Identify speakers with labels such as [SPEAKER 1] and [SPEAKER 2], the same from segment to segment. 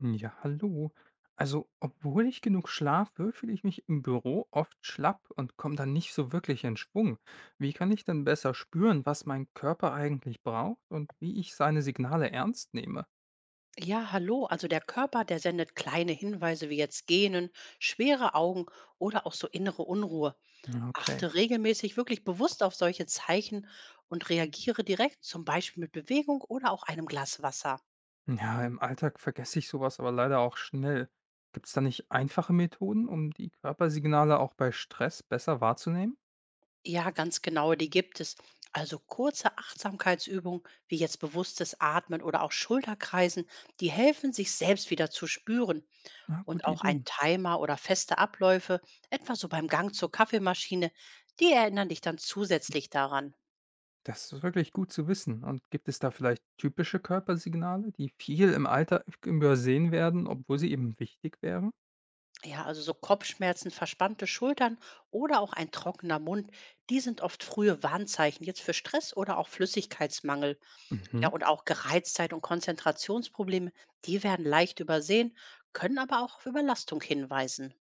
[SPEAKER 1] Hm, ja, hallo. Also, obwohl ich genug schlafe, fühle ich mich im Büro oft schlapp und komme dann nicht so wirklich in Schwung. Wie kann ich denn besser spüren, was mein Körper eigentlich braucht und wie ich seine Signale ernst nehme?
[SPEAKER 2] Ja, hallo. Also der Körper, der sendet kleine Hinweise wie jetzt Gähnen, schwere Augen oder auch so innere Unruhe.
[SPEAKER 1] Ja, okay.
[SPEAKER 2] Achte regelmäßig wirklich bewusst auf solche Zeichen und reagiere direkt, zum Beispiel mit Bewegung oder auch einem Glas Wasser.
[SPEAKER 1] Ja, im Alltag vergesse ich sowas aber leider auch schnell. Gibt es da nicht einfache Methoden, um die Körpersignale auch bei Stress besser wahrzunehmen?
[SPEAKER 2] Ja, ganz genau, die gibt es. Also kurze Achtsamkeitsübungen wie jetzt bewusstes Atmen oder auch Schulterkreisen, die helfen, sich selbst wieder zu spüren.
[SPEAKER 1] Ja,
[SPEAKER 2] Und
[SPEAKER 1] gute
[SPEAKER 2] auch ein
[SPEAKER 1] Ideen.
[SPEAKER 2] Timer oder feste Abläufe, etwa so beim Gang zur Kaffeemaschine, die erinnern dich dann zusätzlich daran.
[SPEAKER 1] Das ist wirklich gut zu wissen. Und gibt es da vielleicht typische Körpersignale, die viel im Alter übersehen werden, obwohl sie eben wichtig wären?
[SPEAKER 2] Ja, also so Kopfschmerzen, verspannte Schultern oder auch ein trockener Mund, die sind oft frühe Warnzeichen jetzt für Stress oder auch Flüssigkeitsmangel. Ja,
[SPEAKER 1] Mhm.
[SPEAKER 2] und auch Gereiztheit und Konzentrationsprobleme, die werden leicht übersehen, können aber auch auf Überlastung hinweisen.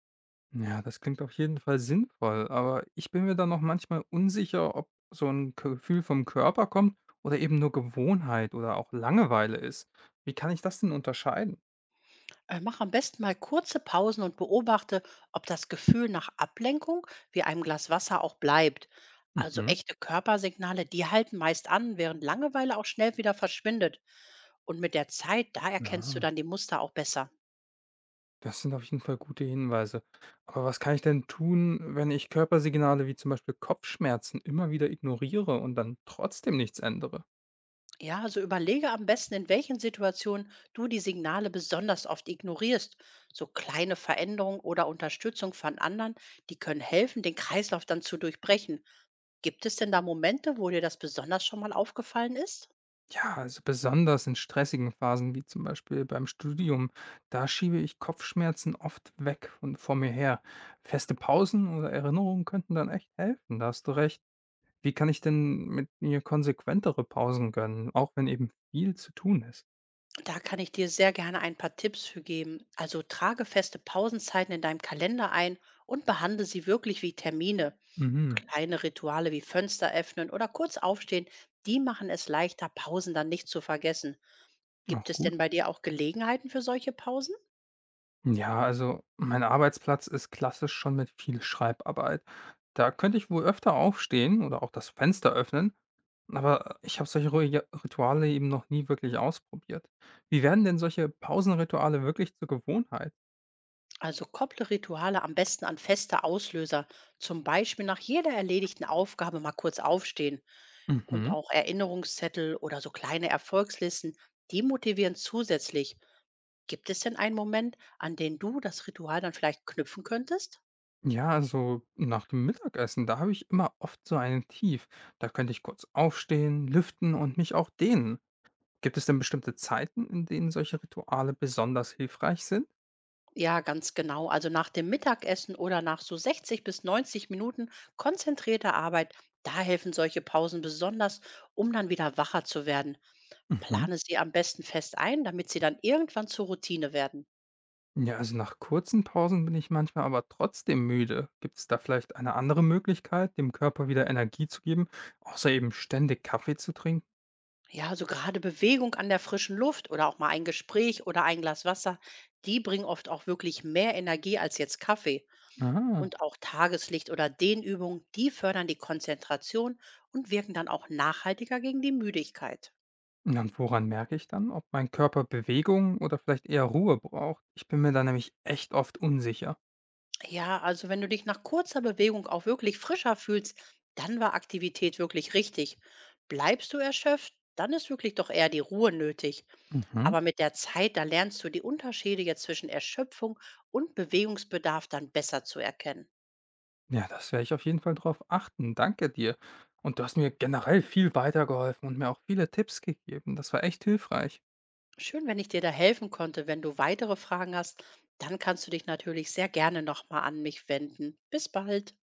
[SPEAKER 1] Ja, das klingt auf jeden Fall sinnvoll, aber ich bin mir da noch manchmal unsicher, ob so ein Gefühl vom Körper kommt oder eben nur Gewohnheit oder auch Langeweile ist. Wie kann ich das denn unterscheiden?
[SPEAKER 2] Mach am besten mal kurze Pausen und beobachte, ob das Gefühl nach Ablenkung wie einem Glas Wasser auch bleibt. Also
[SPEAKER 1] Mhm.
[SPEAKER 2] echte Körpersignale, die halten meist an, während Langeweile auch schnell wieder verschwindet. Und mit der Zeit, da erkennst du
[SPEAKER 1] Ah.
[SPEAKER 2] dann die Muster auch besser.
[SPEAKER 1] Das sind auf jeden Fall gute Hinweise. Aber was kann ich denn tun, wenn ich Körpersignale wie zum Beispiel Kopfschmerzen immer wieder ignoriere und dann trotzdem nichts ändere?
[SPEAKER 2] Ja, also überlege am besten, in welchen Situationen du die Signale besonders oft ignorierst. So kleine Veränderungen oder Unterstützung von anderen, die können helfen, den Kreislauf dann zu durchbrechen. Gibt es denn da Momente, wo dir das besonders schon mal aufgefallen ist?
[SPEAKER 1] Ja, also besonders in stressigen Phasen wie zum Beispiel beim Studium, da schiebe ich Kopfschmerzen oft weg und vor mir her. Feste Pausen oder Erinnerungen könnten dann echt helfen, da hast du recht. Wie kann ich denn mit mir konsequentere Pausen gönnen, auch wenn eben viel zu tun ist?
[SPEAKER 2] Da kann ich dir sehr gerne ein paar Tipps für geben. Also trage feste Pausenzeiten in deinem Kalender ein und behandle sie wirklich wie Termine.
[SPEAKER 1] Mhm,
[SPEAKER 2] Kleine Rituale wie Fenster öffnen oder kurz aufstehen, die machen es leichter, Pausen dann nicht zu vergessen. Gibt
[SPEAKER 1] auch
[SPEAKER 2] es
[SPEAKER 1] gut.
[SPEAKER 2] denn bei dir auch Gelegenheiten für solche Pausen?
[SPEAKER 1] Ja, also mein Arbeitsplatz ist klassisch schon mit viel Schreibarbeit. Da könnte ich wohl öfter aufstehen oder auch das Fenster öffnen, aber ich habe solche Rituale eben noch nie wirklich ausprobiert. Wie werden denn solche Pausenrituale wirklich zur Gewohnheit?
[SPEAKER 2] Also kopple Rituale am besten an feste Auslöser. Zum Beispiel nach jeder erledigten Aufgabe mal kurz aufstehen. Und
[SPEAKER 1] Mhm.
[SPEAKER 2] auch Erinnerungszettel oder so kleine Erfolgslisten, die motivieren zusätzlich. Gibt es denn einen Moment, an den du das Ritual dann vielleicht knüpfen könntest?
[SPEAKER 1] Ja, also nach dem Mittagessen, da habe ich immer oft so einen Tief. Da könnte ich kurz aufstehen, lüften und mich auch dehnen. Gibt es denn bestimmte Zeiten, in denen solche Rituale besonders hilfreich sind?
[SPEAKER 2] Ja, ganz genau. Also nach dem Mittagessen oder nach so 60 bis 90 Minuten konzentrierter Arbeit, da helfen solche Pausen besonders, um dann wieder wacher zu werden.
[SPEAKER 1] Mhm.
[SPEAKER 2] Plane sie am besten fest ein, damit sie dann irgendwann zur Routine werden.
[SPEAKER 1] Ja, also nach kurzen Pausen bin ich manchmal aber trotzdem müde. Gibt es da vielleicht eine andere Möglichkeit, dem Körper wieder Energie zu geben, außer eben ständig Kaffee zu trinken?
[SPEAKER 2] Ja, also gerade Bewegung an der frischen Luft oder auch mal ein Gespräch oder ein Glas Wasser, die bringen oft auch wirklich mehr Energie als jetzt Kaffee.
[SPEAKER 1] Ah.
[SPEAKER 2] Und auch Tageslicht oder Dehnübungen, die fördern die Konzentration und wirken dann auch nachhaltiger gegen die Müdigkeit.
[SPEAKER 1] Na, und woran merke ich dann, ob mein Körper Bewegung oder vielleicht eher Ruhe braucht? Ich bin mir da nämlich echt oft unsicher.
[SPEAKER 2] Ja, also wenn du dich nach kurzer Bewegung auch wirklich frischer fühlst, dann war Aktivität wirklich richtig. Bleibst du erschöpft, dann ist wirklich doch eher die Ruhe nötig.
[SPEAKER 1] Mhm.
[SPEAKER 2] Aber mit der Zeit, da lernst du die Unterschiede jetzt zwischen Erschöpfung und Bewegungsbedarf dann besser zu erkennen.
[SPEAKER 1] Ja, das werde ich auf jeden Fall drauf achten. Danke dir. Und du hast mir generell viel weitergeholfen und mir auch viele Tipps gegeben. Das war echt hilfreich.
[SPEAKER 2] Schön, wenn ich dir da helfen konnte. Wenn du weitere Fragen hast, dann kannst du dich natürlich sehr gerne nochmal an mich wenden. Bis bald.